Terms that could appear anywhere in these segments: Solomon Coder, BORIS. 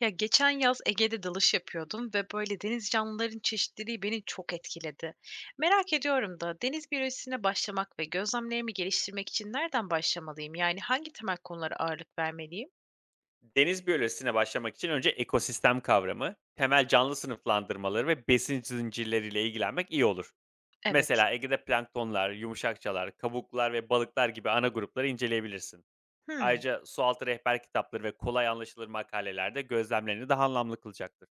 Ya geçen yaz Ege'de dalış yapıyordum ve böyle deniz canlıların çeşitliliği beni çok etkiledi. Merak ediyorum da deniz biyolojisine başlamak ve gözlemlerimi geliştirmek için nereden başlamalıyım? Yani hangi temel konulara ağırlık vermeliyim? Deniz biyolojisine başlamak için önce ekosistem kavramı, temel canlı sınıflandırmaları ve besin zincirleriyle ilgilenmek iyi olur. Evet. Mesela Ege'de planktonlar, yumuşakçalar, kabuklar ve balıklar gibi ana grupları inceleyebilirsin. Hmm, Ayrıca sualtı rehber kitapları ve kolay anlaşılır makalelerde gözlemlerini daha anlamlı kılacaktır.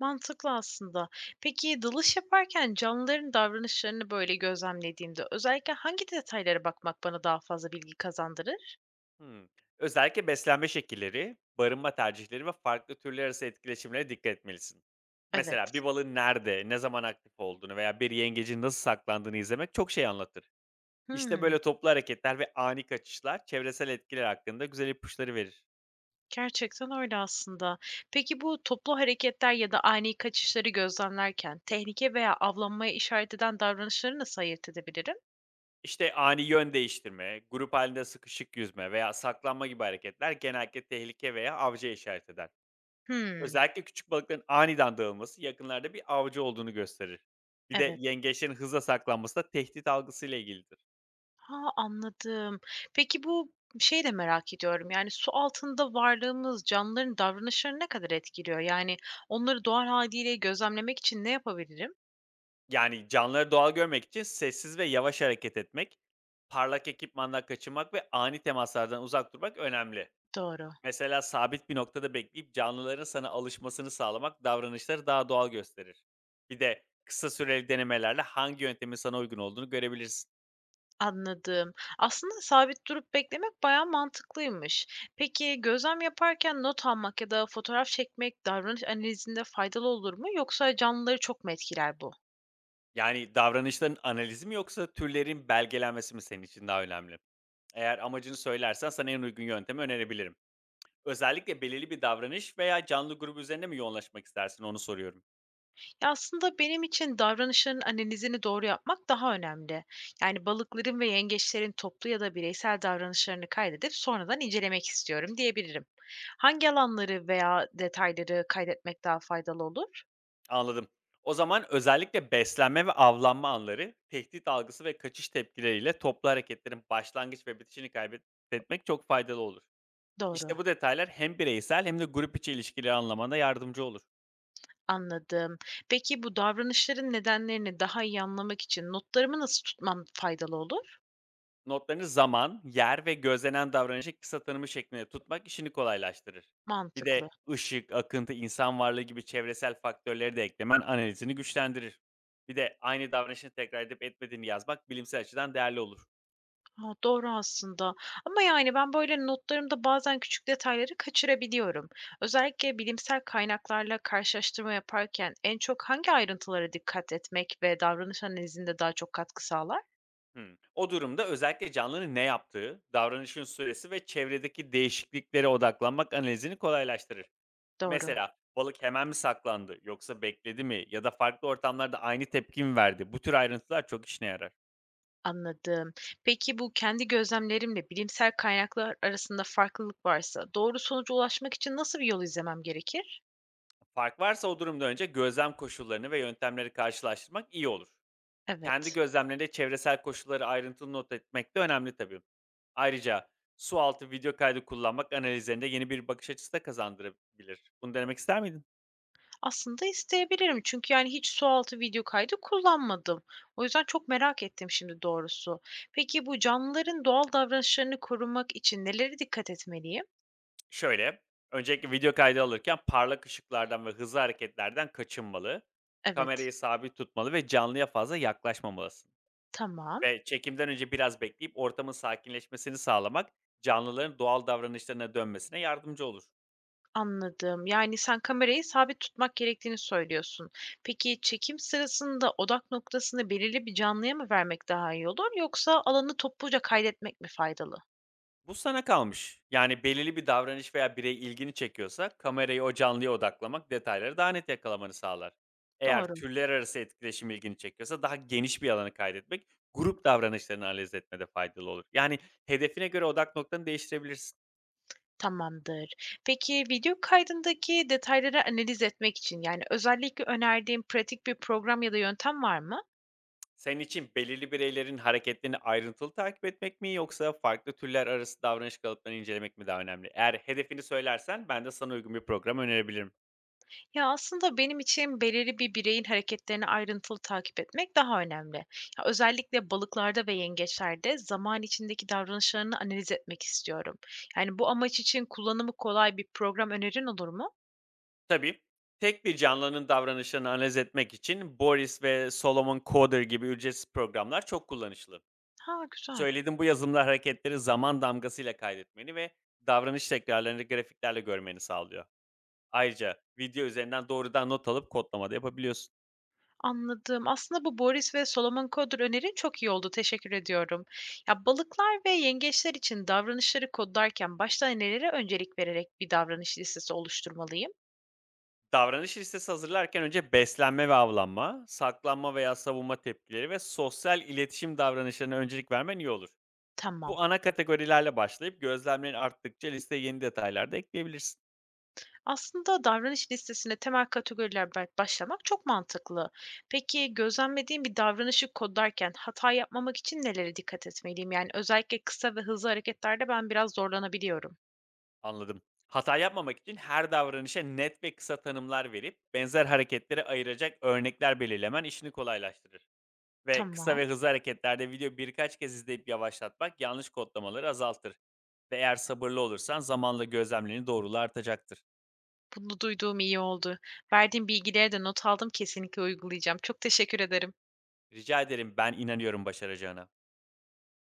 mantıklı aslında. Peki dalış yaparken canlıların davranışlarını böyle gözlemlediğimde özellikle hangi detaylara bakmak bana daha fazla bilgi kazandırır? Hmm. Özellikle beslenme şekilleri, barınma tercihleri ve farklı türler arası etkileşimlere dikkat etmelisin. Mesela Evet. bir balığın nerede, ne zaman aktif olduğunu veya bir yengecin nasıl saklandığını izlemek çok şey anlatır. İşte Hmm. böyle toplu hareketler ve ani kaçışlar çevresel etkiler hakkında güzel ipuçları verir. Gerçekten öyle aslında. Peki bu toplu hareketler ya da ani kaçışları gözlemlerken tehlike veya avlanmaya işaret eden davranışları nasıl ayırt edebilirim? İşte ani yön değiştirme, grup halinde sıkışık yüzme veya saklanma gibi hareketler genellikle tehlike veya avcıya işaret eder. Hımm, Özellikle küçük balıkların aniden dağılması yakınlarda bir avcı olduğunu gösterir. Bir de evet. yengeçlerin hızla saklanması da tehdit algısıyla ilgilidir. Ha, anladım. Peki bu şey de merak ediyorum, yani, su altında varlığımız canlıların davranışlarını ne kadar etkiliyor? Yani, onları doğal haliyle gözlemlemek için ne yapabilirim? Yani canlıları doğal görmek için sessiz ve yavaş hareket etmek, parlak ekipmanla kaçınmak ve ani temaslardan uzak durmak önemli. Doğru. Mesela sabit bir noktada bekleyip canlıların sana alışmasını sağlamak davranışları daha doğal gösterir. Bir de kısa süreli denemelerle hangi yöntemin sana uygun olduğunu görebilirsin. Anladım. Aslında sabit durup beklemek bayağı mantıklıymış. Peki gözlem yaparken not almak ya da fotoğraf çekmek davranış analizinde faydalı olur mu yoksa canlıları çok mu etkiler bu? Yani davranışların analizi mi yoksa türlerin belgelenmesi mi senin için daha önemli? Eğer amacını söylersen sana en uygun yöntemi önerebilirim. Özellikle belirli bir davranış veya canlı grubu üzerine mi yoğunlaşmak istersin onu soruyorum. Ya aslında benim için davranışların analizini doğru yapmak daha önemli. Yani balıkların ve yengeçlerin toplu ya da bireysel davranışlarını kaydedip sonradan incelemek istiyorum diyebilirim. Hangi alanları veya detayları kaydetmek daha faydalı olur? Anladım. O zaman özellikle beslenme ve avlanma anları, tehdit algısı ve kaçış tepkileriyle toplu hareketlerin başlangıç ve bitişini kaybetmek çok faydalı olur. Doğru. İşte bu detaylar hem bireysel hem de grup içi ilişkileri anlamana yardımcı olur. Anladım. Peki bu davranışların nedenlerini daha iyi anlamak için notlarımı nasıl tutmam faydalı olur? Notlarını zaman, yer ve gözlenen davranışı kısa tanımı şeklinde tutmak işini kolaylaştırır. Bir Mantıklı. de ışık, akıntı, insan varlığı gibi çevresel faktörleri de eklemen analizini güçlendirir. Bir de aynı davranışını tekrar edip etmediğini yazmak bilimsel açıdan değerli olur. Ha, doğru aslında. Ama yani ben böyle notlarımda bazen küçük detayları kaçırabiliyorum. Özellikle bilimsel kaynaklarla karşılaştırma yaparken en çok hangi ayrıntılara dikkat etmek ve davranış analizinde daha çok katkı sağlar? Hımm. O durumda özellikle canlının ne yaptığı, davranışın süresi ve çevredeki değişikliklere odaklanmak analizini kolaylaştırır. Doğru. Mesela balık hemen mi saklandı yoksa bekledi mi ya da farklı ortamlarda aynı tepki mi verdi? Bu tür ayrıntılar çok işine yarar. Anladım. Peki bu kendi gözlemlerimle bilimsel kaynaklar arasında farklılık varsa doğru sonuca ulaşmak için nasıl bir yol izlemem gerekir? Fark varsa o durumda önce gözlem koşullarını ve yöntemleri karşılaştırmak iyi olur. Kendi Evet. gözlemlerinde çevresel koşulları ayrıntılı not etmek de önemli tabii. Ayrıca su altı video kaydı kullanmak analizlerinde yeni bir bakış açısı da kazandırabilir. Bunu denemek ister miydin? Aslında isteyebilirim çünkü yani hiç sualtı video kaydı kullanmadım. O yüzden çok merak ettim şimdi doğrusu. Peki bu canlıların doğal davranışlarını korumak için nelere dikkat etmeliyim? Şöyle, öncelikle video kaydı alırken parlak ışıklardan ve hızlı hareketlerden kaçınmalı. Kamerayı Evet. sabit tutmalı ve canlıya fazla yaklaşmamalısın. Tamam. Ve çekimden önce biraz bekleyip ortamın sakinleşmesini sağlamak canlıların doğal davranışlarına dönmesine yardımcı olur. Anladım. Yani sen kamerayı sabit tutmak gerektiğini söylüyorsun. Peki çekim sırasında odak noktasını belirli bir canlıya mı vermek daha iyi olur yoksa alanı topluca kaydetmek mi faydalı? Bu sana kalmış. Yani belirli bir davranış veya birey ilgini çekiyorsa kamerayı o canlıya odaklamak detayları daha net yakalamanı sağlar. Eğer Doğru. türler arası etkileşim ilgini çekiyorsa daha geniş bir alanı kaydetmek grup davranışlarını analiz etmede faydalı olur. Yani hedefine göre odak noktanı değiştirebilirsin. Tamamdır. Peki video kaydındaki detayları analiz etmek için yani özellikle önerdiğin pratik bir program ya da yöntem var mı? Senin için belirli bireylerin hareketlerini ayrıntılı takip etmek mi yoksa farklı türler arası davranış kalıplarını incelemek mi daha önemli? Eğer hedefini söylersen ben de sana uygun bir program önerebilirim. Ya, aslında benim için belirli bir bireyin hareketlerini ayrıntılı takip etmek daha önemli. Ya, özellikle balıklarda ve yengeçlerde zaman içindeki davranışlarını analiz etmek istiyorum. Yani bu amaç için kullanımı kolay bir program önerin olur mu? Tabii. Tek bir canlının davranışlarını analiz etmek için Boris ve Solomon Coder gibi ücretsiz programlar çok kullanışlı. Ha, güzel. Söylediğim bu yazılımlar hareketleri zaman damgasıyla kaydetmeni ve davranış tekrarlarını grafiklerle görmeni sağlıyor. Ayrıca video üzerinden doğrudan not alıp kodlama da yapabiliyorsun. Anladım. Aslında bu Boris ve Solomon Coder önerin çok iyi oldu. Teşekkür ediyorum. Ya balıklar ve yengeçler için davranışları kodlarken başta nelere öncelik vererek bir davranış listesi oluşturmalıyım? Davranış listesi hazırlarken önce beslenme ve avlanma, saklanma veya savunma tepkileri ve sosyal iletişim davranışlarına öncelik vermen iyi olur. Tamam. Bu ana kategorilerle başlayıp gözlemlerin arttıkça listeye yeni detaylar da ekleyebilirsin. Aslında davranış listesine temel kategorilerle başlamak çok mantıklı. Peki gözlemlediğim bir davranışı kodlarken hata yapmamak için nelere dikkat etmeliyim? Yani özellikle kısa ve hızlı hareketlerde ben biraz zorlanabiliyorum. Anladım. Hata yapmamak için her davranışa net ve kısa tanımlar verip benzer hareketlere ayıracak örnekler belirlemen işini kolaylaştırır. Ve kısa ve Tamam, hızlı hareketlerde video birkaç kez izleyip yavaşlatmak yanlış kodlamaları azaltır. Ve eğer sabırlı olursan zamanla gözlemlerini doğruluğu artacaktır. bunu duyduğum iyi oldu. Verdiğim bilgileri de not aldım, kesinlikle uygulayacağım. Çok teşekkür ederim. Rica ederim ben inanıyorum başaracağına.